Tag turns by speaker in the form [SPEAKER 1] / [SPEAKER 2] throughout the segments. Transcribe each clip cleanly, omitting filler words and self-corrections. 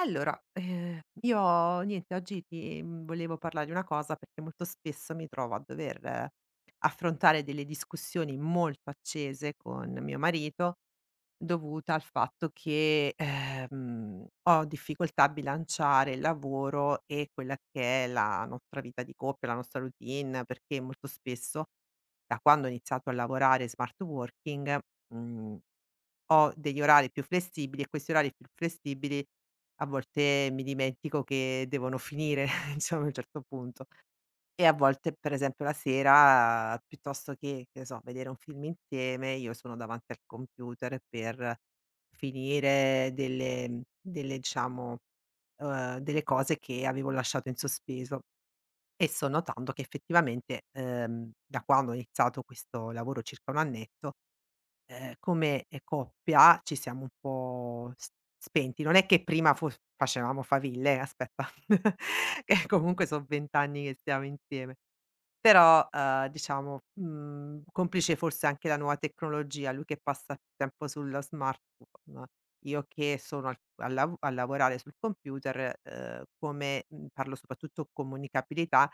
[SPEAKER 1] Allora, io niente oggi ti volevo parlare di una cosa perché molto spesso mi trovo a dover affrontare delle discussioni molto accese con mio marito, dovuta al fatto che, ho difficoltà a bilanciare il lavoro e quella che è la nostra vita di coppia, la nostra routine, perché molto spesso, da quando ho iniziato a lavorare smart working, mhmm ho degli orari più flessibili, e questi orari più flessibili a volte mi dimentico che devono finire, diciamo, a un certo punto. E a volte, per esempio, la sera, piuttosto che ne so, vedere un film insieme, io sono davanti al computer per finire delle diciamo, delle cose che avevo lasciato in sospeso. E sto notando che effettivamente da quando ho iniziato questo lavoro circa un annetto come, coppia ci siamo un po' s spenti. Non è che prima fo facevamo faville, aspetta, che comunque son 20 anni che stiamo insieme. Però, diciamo, complice forse anche la nuova tecnologia, lui che passa più tempo sullo smartphone, io che sono al a lavorare sul computer, come parlo soprattutto comunicabilità,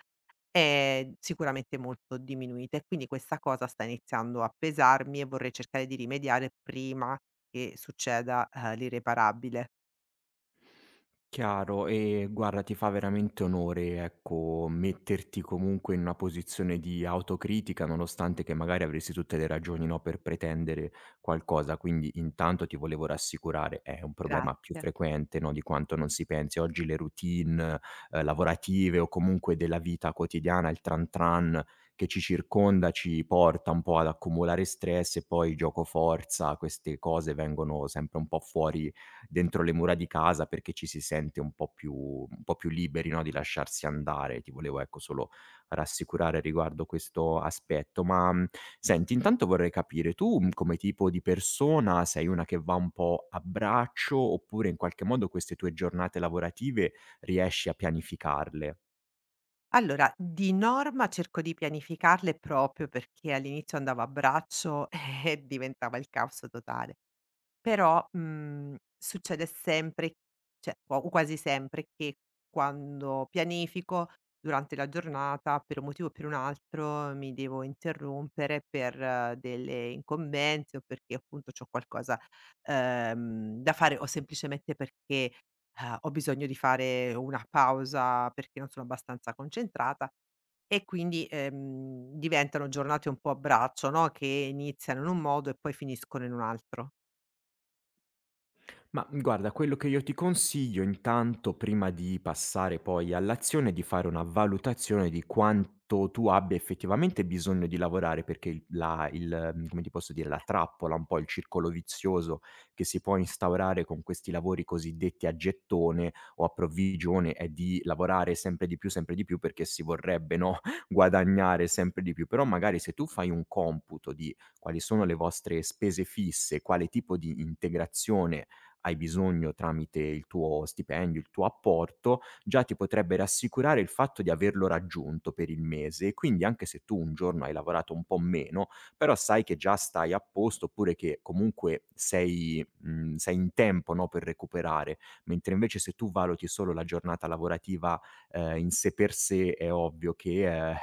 [SPEAKER 1] è sicuramente molto diminuita, e quindi questa cosa sta iniziando a pesarmi e vorrei cercare di rimediare prima che succeda, l'irreparabile.
[SPEAKER 2] Chiaro, e guarda ti fa veramente onore, ecco, metterti comunque in una posizione di autocritica, nonostante che magari avresti tutte le ragioni, no, per pretendere qualcosa. Quindi intanto ti volevo rassicurare, è un problema più
[SPEAKER 1] Grazie.
[SPEAKER 2] frequente, no, di quanto non si pensi. Oggi le routine, lavorative o comunque della vita quotidiana, il tran tran che ci circonda, ci porta un po' ad accumulare stress e poi giocoforza, queste cose vengono sempre un po' fuori dentro le mura di casa perché ci si sente un po' più liberi, no, di lasciarsi andare. Ti volevo, ecco, solo rassicurare riguardo questo aspetto. Ma, senti, intanto vorrei capire: tu, come tipo di persona sei una che va un po' a braccio, oppure in qualche modo queste tue giornate lavorative riesci a pianificarle?
[SPEAKER 1] Allora, di norma cerco di pianificarle proprio perché all'inizio andavo a braccio e diventava il caos totale. Però, succede sempre cioè o quasi sempre che quando pianifico durante la giornata, per un motivo o per un altro, mi devo interrompere per delle incombenze o perché appunto c'ho qualcosa, da fare o semplicemente perché, ho bisogno di fare una pausa perché non sono abbastanza concentrata e quindi, diventano giornate un po' a braccio, no, che iniziano in un modo e poi finiscono in un altro.
[SPEAKER 2] Ma, guarda, quello che io ti consiglio intanto, prima di passare poi all'azione, è di fare una valutazione di quanto tu abbia effettivamente bisogno di lavorare, perché il la il mhmm, come ti posso dire, la trappola, un po' il circolo vizioso che si può instaurare con questi lavori cosiddetti a gettone o a provvigione, è di lavorare sempre di più, perché si vorrebbe, no, guadagnare sempre di più. Però magari se tu fai un computo di quali sono le vostre spese fisse, quale tipo di integrazione hai bisogno tramite il tuo stipendio, il tuo apporto, già ti potrebbe rassicurare il fatto di averlo raggiunto per il mese e quindi anche se tu un giorno hai lavorato un po' meno, però sai che già stai a posto oppure che comunque sei in tempo, no, per recuperare. Mentre invece se tu valuti solo la giornata lavorativa, in sé per sé è ovvio che,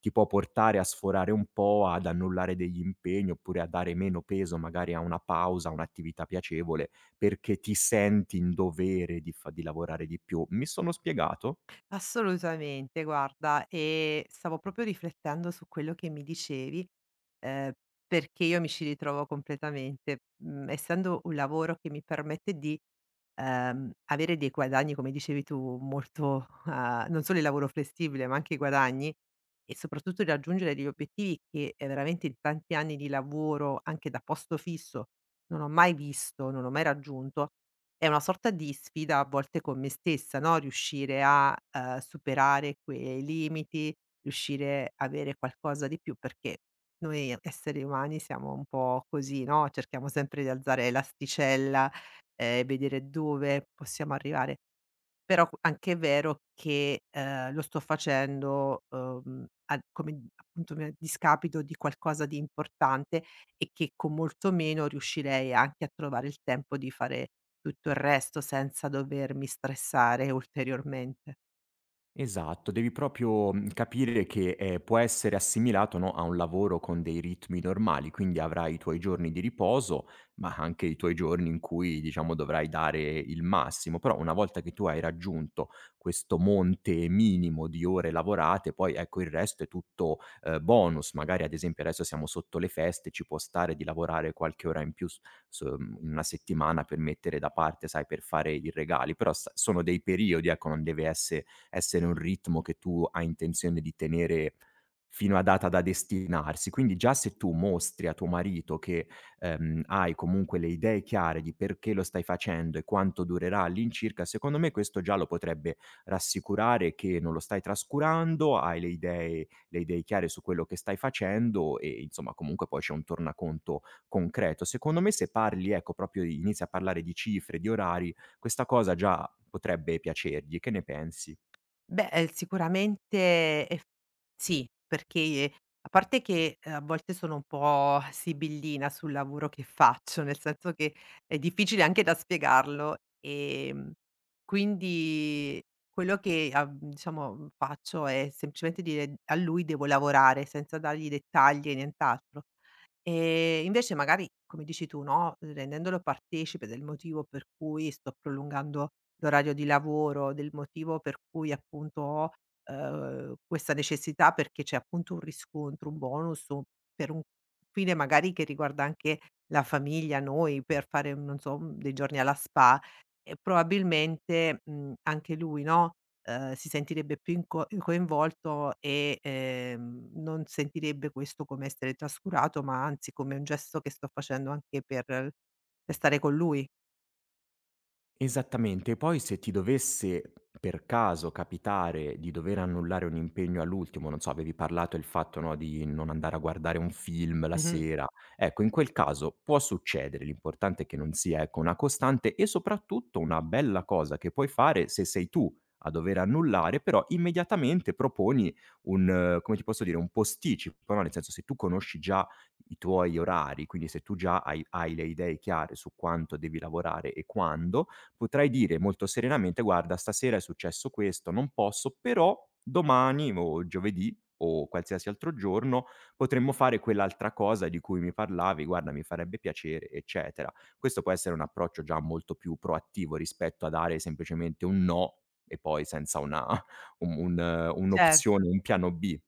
[SPEAKER 2] ti può portare a sforare un po', ad annullare degli impegni oppure a dare meno peso magari a una pausa, a un'attività piacevole perché ti senti in dovere di fa di lavorare di più. Mi sono spiegato?
[SPEAKER 1] Assolutamente, guarda, stavo proprio riflettendo su quello che mi dicevi, ehm, perché io mi ci ritrovo completamente. Mhmm, essendo un lavoro che mi permette di, avere dei guadagni, come dicevi tu, molto non solo il lavoro flessibile, ma anche i guadagni, e soprattutto di raggiungere degli obiettivi che, veramente in tanti anni di lavoro, anche da posto fisso, non ho mai visto, non ho mai raggiunto è una sorta di sfida a volte con me stessa, no, riuscire a, superare quei limiti, riuscire a avere qualcosa di più, perché noi esseri umani siamo un po' così, no, cerchiamo sempre di alzare l'asticella e vedere dove possiamo arrivare. Però q anche è vero che, lo sto facendo, a come d appunto mi a discapito di qualcosa di importante e che con molto meno riuscirei anche a trovare il tempo di fare tutto il resto senza dovermi stressare ulteriormente.
[SPEAKER 2] Esatto, devi proprio, capire che, può essere assimilato, no, a un lavoro con dei ritmi normali, quindi avrai i tuoi giorni di riposo, ma anche i tuoi giorni in cui, diciamo, dovrai dare il massimo. Però una volta che tu hai raggiunto questo monte minimo di ore lavorate, poi ecco il resto è tutto, bonus. Magari ad esempio adesso siamo sotto le feste, ci può stare di lavorare qualche ora in più in una settimana per mettere da parte, sai, per fare i regali, però sa sono dei periodi, ecco, non deve esse essere un ritmo che tu hai intenzione di tenere fino a data da destinarsi. Quindi già se tu mostri a tuo marito che, hai comunque le idee chiare di perché lo stai facendo e quanto durerà all'incirca, secondo me questo già lo potrebbe rassicurare che non lo stai trascurando, hai le idee chiare su quello che stai facendo e insomma comunque poi c'è un tornaconto concreto. Secondo me se parli, ecco, proprio inizi a parlare di cifre, di orari, questa cosa già potrebbe piacergli. Che ne pensi?
[SPEAKER 1] Beh, sicuramente eff sì, perché a parte che, a volte sono un po' sibillina sul lavoro che faccio, nel senso che è difficile anche da spiegarlo, quindi quello che a diciamo, faccio è semplicemente dire: "A lui devo lavorare", senza dargli dettagli e nient'altro. Invece magari, come dici tu, no, rendendolo partecipe del motivo per cui sto prolungando l'orario di lavoro, del motivo per cui appunto ho, questa necessità perché c'è appunto un riscontro, un bonus o per un fine magari che riguarda anche la famiglia, noi, per fare, non so, dei giorni alla spa e probabilmente, anche lui, no, si sentirebbe più in co coinvolto e, non sentirebbe questo come essere trascurato, ma anzi come un gesto che sto facendo anche per stare con lui.
[SPEAKER 2] Esattamente. Poi se ti dovesse per caso capitare di dover annullare un impegno all'ultimo, non so, avevi parlato il fatto, no, di non andare a guardare un film la
[SPEAKER 1] Mh-mh.
[SPEAKER 2] sera, ecco in quel caso può succedere, l'importante è che non sia, ecco, una costante e soprattutto una bella cosa che puoi fare se sei tu a dover annullare, però immediatamente proponi un come ti posso dire, un posticipo, no, nel senso se tu conosci già i tuoi orari, quindi se tu già hai le idee chiare su quanto devi lavorare e quando, potrai dire molto serenamente: "Guarda, stasera è successo questo, non posso, però domani o giovedì o qualsiasi altro giorno potremmo fare quell'altra cosa di cui mi parlavi, guarda mi farebbe piacere", eccetera. Questo può essere un approccio già molto più proattivo rispetto a dare semplicemente un no e poi senza una un
[SPEAKER 1] Certo.
[SPEAKER 2] un'opzione, un piano B.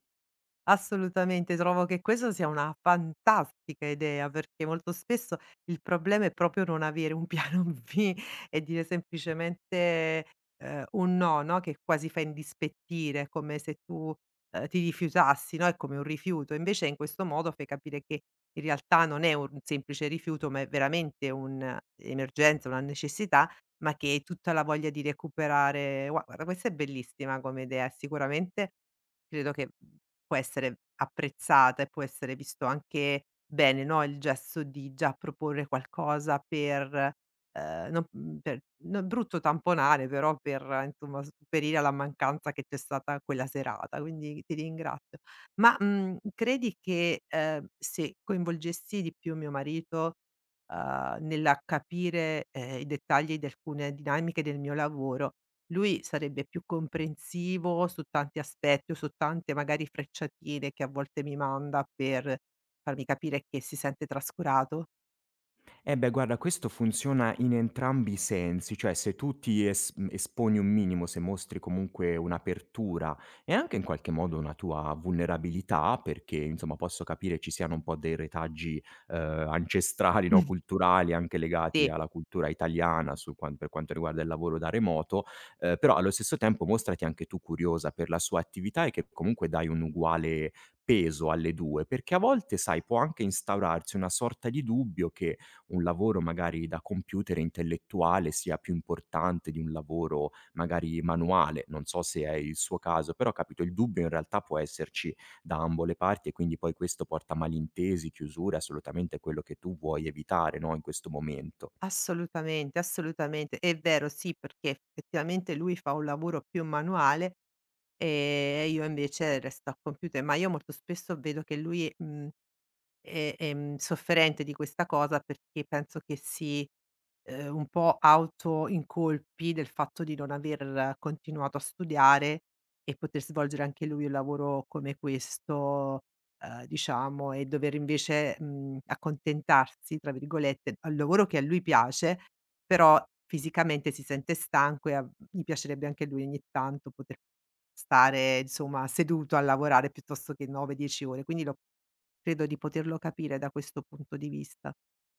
[SPEAKER 1] Assolutamente, trovo che questo sia una fantastica idea, perché molto spesso il problema è proprio non avere un piano B e dire semplicemente, un no, no, che quasi fa indispettire, come se tu, ti rifiutassi, no, è come un rifiuto. Invece in questo modo fai capire che in realtà non è un semplice rifiuto, ma è veramente un'emergenza, una necessità, ma che hai tutta la voglia di recuperare. Guarda, questa è bellissima come idea, sicuramente credo che può essere apprezzata e può essere visto anche bene, no, il gesto di già proporre qualcosa per, non per non brutto tamponare, però per insomma sopperire alla mancanza che c'è stata quella serata, quindi ti ringrazio. Ma, credi che, se coinvolgessi di più mio marito, nella capire, i dettagli di alcune dinamiche del mio lavoro lui sarebbe più comprensivo su tanti aspetti o su tante magari frecciatine che a volte mi manda per farmi capire che si sente trascurato?
[SPEAKER 2] Eh beh, guarda, questo funziona in entrambi i sensi, cioè se tu ti es mhmm, esponi un minimo, se mostri comunque un'apertura e anche in qualche modo una tua vulnerabilità, perché insomma posso capire ci siano un po' dei retaggi, ancestrali, no,
[SPEAKER 1] Mh.
[SPEAKER 2] culturali, anche legati
[SPEAKER 1] Sì,
[SPEAKER 2] alla cultura italiana sul quan per quanto riguarda il lavoro da remoto, però allo stesso tempo mostrati anche tu curiosa per la sua attività e che comunque dai un uguale peso alle 2, perché a volte, sai, può anche instaurarsi una sorta di dubbio che, un lavoro magari da computer intellettuale sia più importante di un lavoro magari manuale. Non so se è il suo caso, però capito il dubbio in realtà può esserci da ambo le parti e quindi poi questo porta a malintesi, chiusure, assolutamente è quello che tu vuoi evitare, no, in questo momento.
[SPEAKER 1] assolutamente, assolutamente. È vero, sì, perché effettivamente lui fa un lavoro più manuale, ehm, e io invece resto al computer, ma io molto spesso vedo che lui, mhmm sofferente di questa cosa perché penso che si, un po' autoincolpi del fatto di non aver continuato a studiare e poter svolgere anche lui un lavoro come questo, diciamo, e dover invece, "accontentarsi" tra virgolette, al lavoro che a lui piace, però fisicamente si sente stanco e a gli piacerebbe anche a lui ogni tanto poter stare, insomma, seduto a lavorare piuttosto che 9, 10 ore. Quindi l'ho Credo di poterlo capire da questo punto di vista.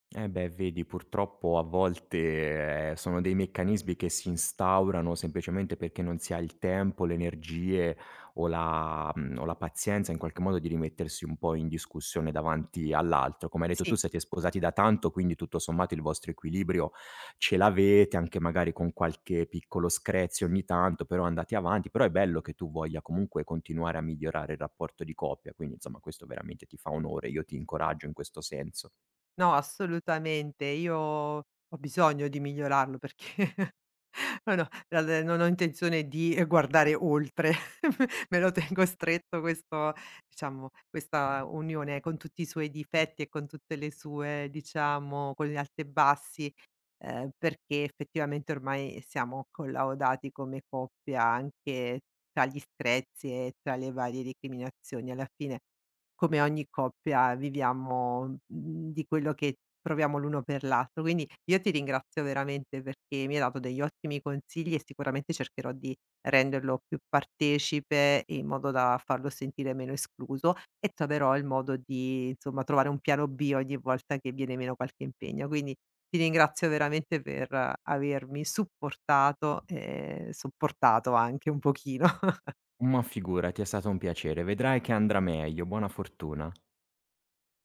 [SPEAKER 2] Eh beh, vedi, purtroppo a volte, sono dei meccanismi che si instaurano semplicemente perché non si ha il tempo, le energie o la pazienza in qualche modo di rimettersi un po' in discussione davanti all'altro. Come hai detto tu
[SPEAKER 1] Sì,
[SPEAKER 2] siete sposati da tanto, quindi tutto sommato il vostro equilibrio ce l'avete, anche magari con qualche piccolo screzio ogni tanto, però andate avanti. Però è bello che tu voglia comunque continuare a migliorare il rapporto di coppia, quindi insomma questo veramente ti fa onore, io ti incoraggio in questo senso.
[SPEAKER 1] no, assolutamente. Io ho bisogno di migliorarlo perché no, no, dal non ho intenzione di, guardare oltre. Me lo tengo stretto questo diciamo, questa unione con tutti i suoi difetti e con tutte le sue diciamo, con gli alti e bassi, perché effettivamente ormai siamo collaudati come coppia anche tra gli screzi e tra le varie recriminazioni. Alla fine come ogni coppia viviamo, di quello che proviamo l'uno per l'altro. Quindi io ti ringrazio veramente perché mi hai dato degli ottimi consigli e sicuramente cercherò di renderlo più partecipe in modo da farlo sentire meno escluso e troverò il modo di, insomma, trovare un piano B ogni volta che viene meno qualche impegno. Quindi ti ringrazio veramente per avermi supportato e sopportato anche un pochino.
[SPEAKER 2] Ma figurati, è stato un piacere. Vedrai che andrà meglio. Buona fortuna.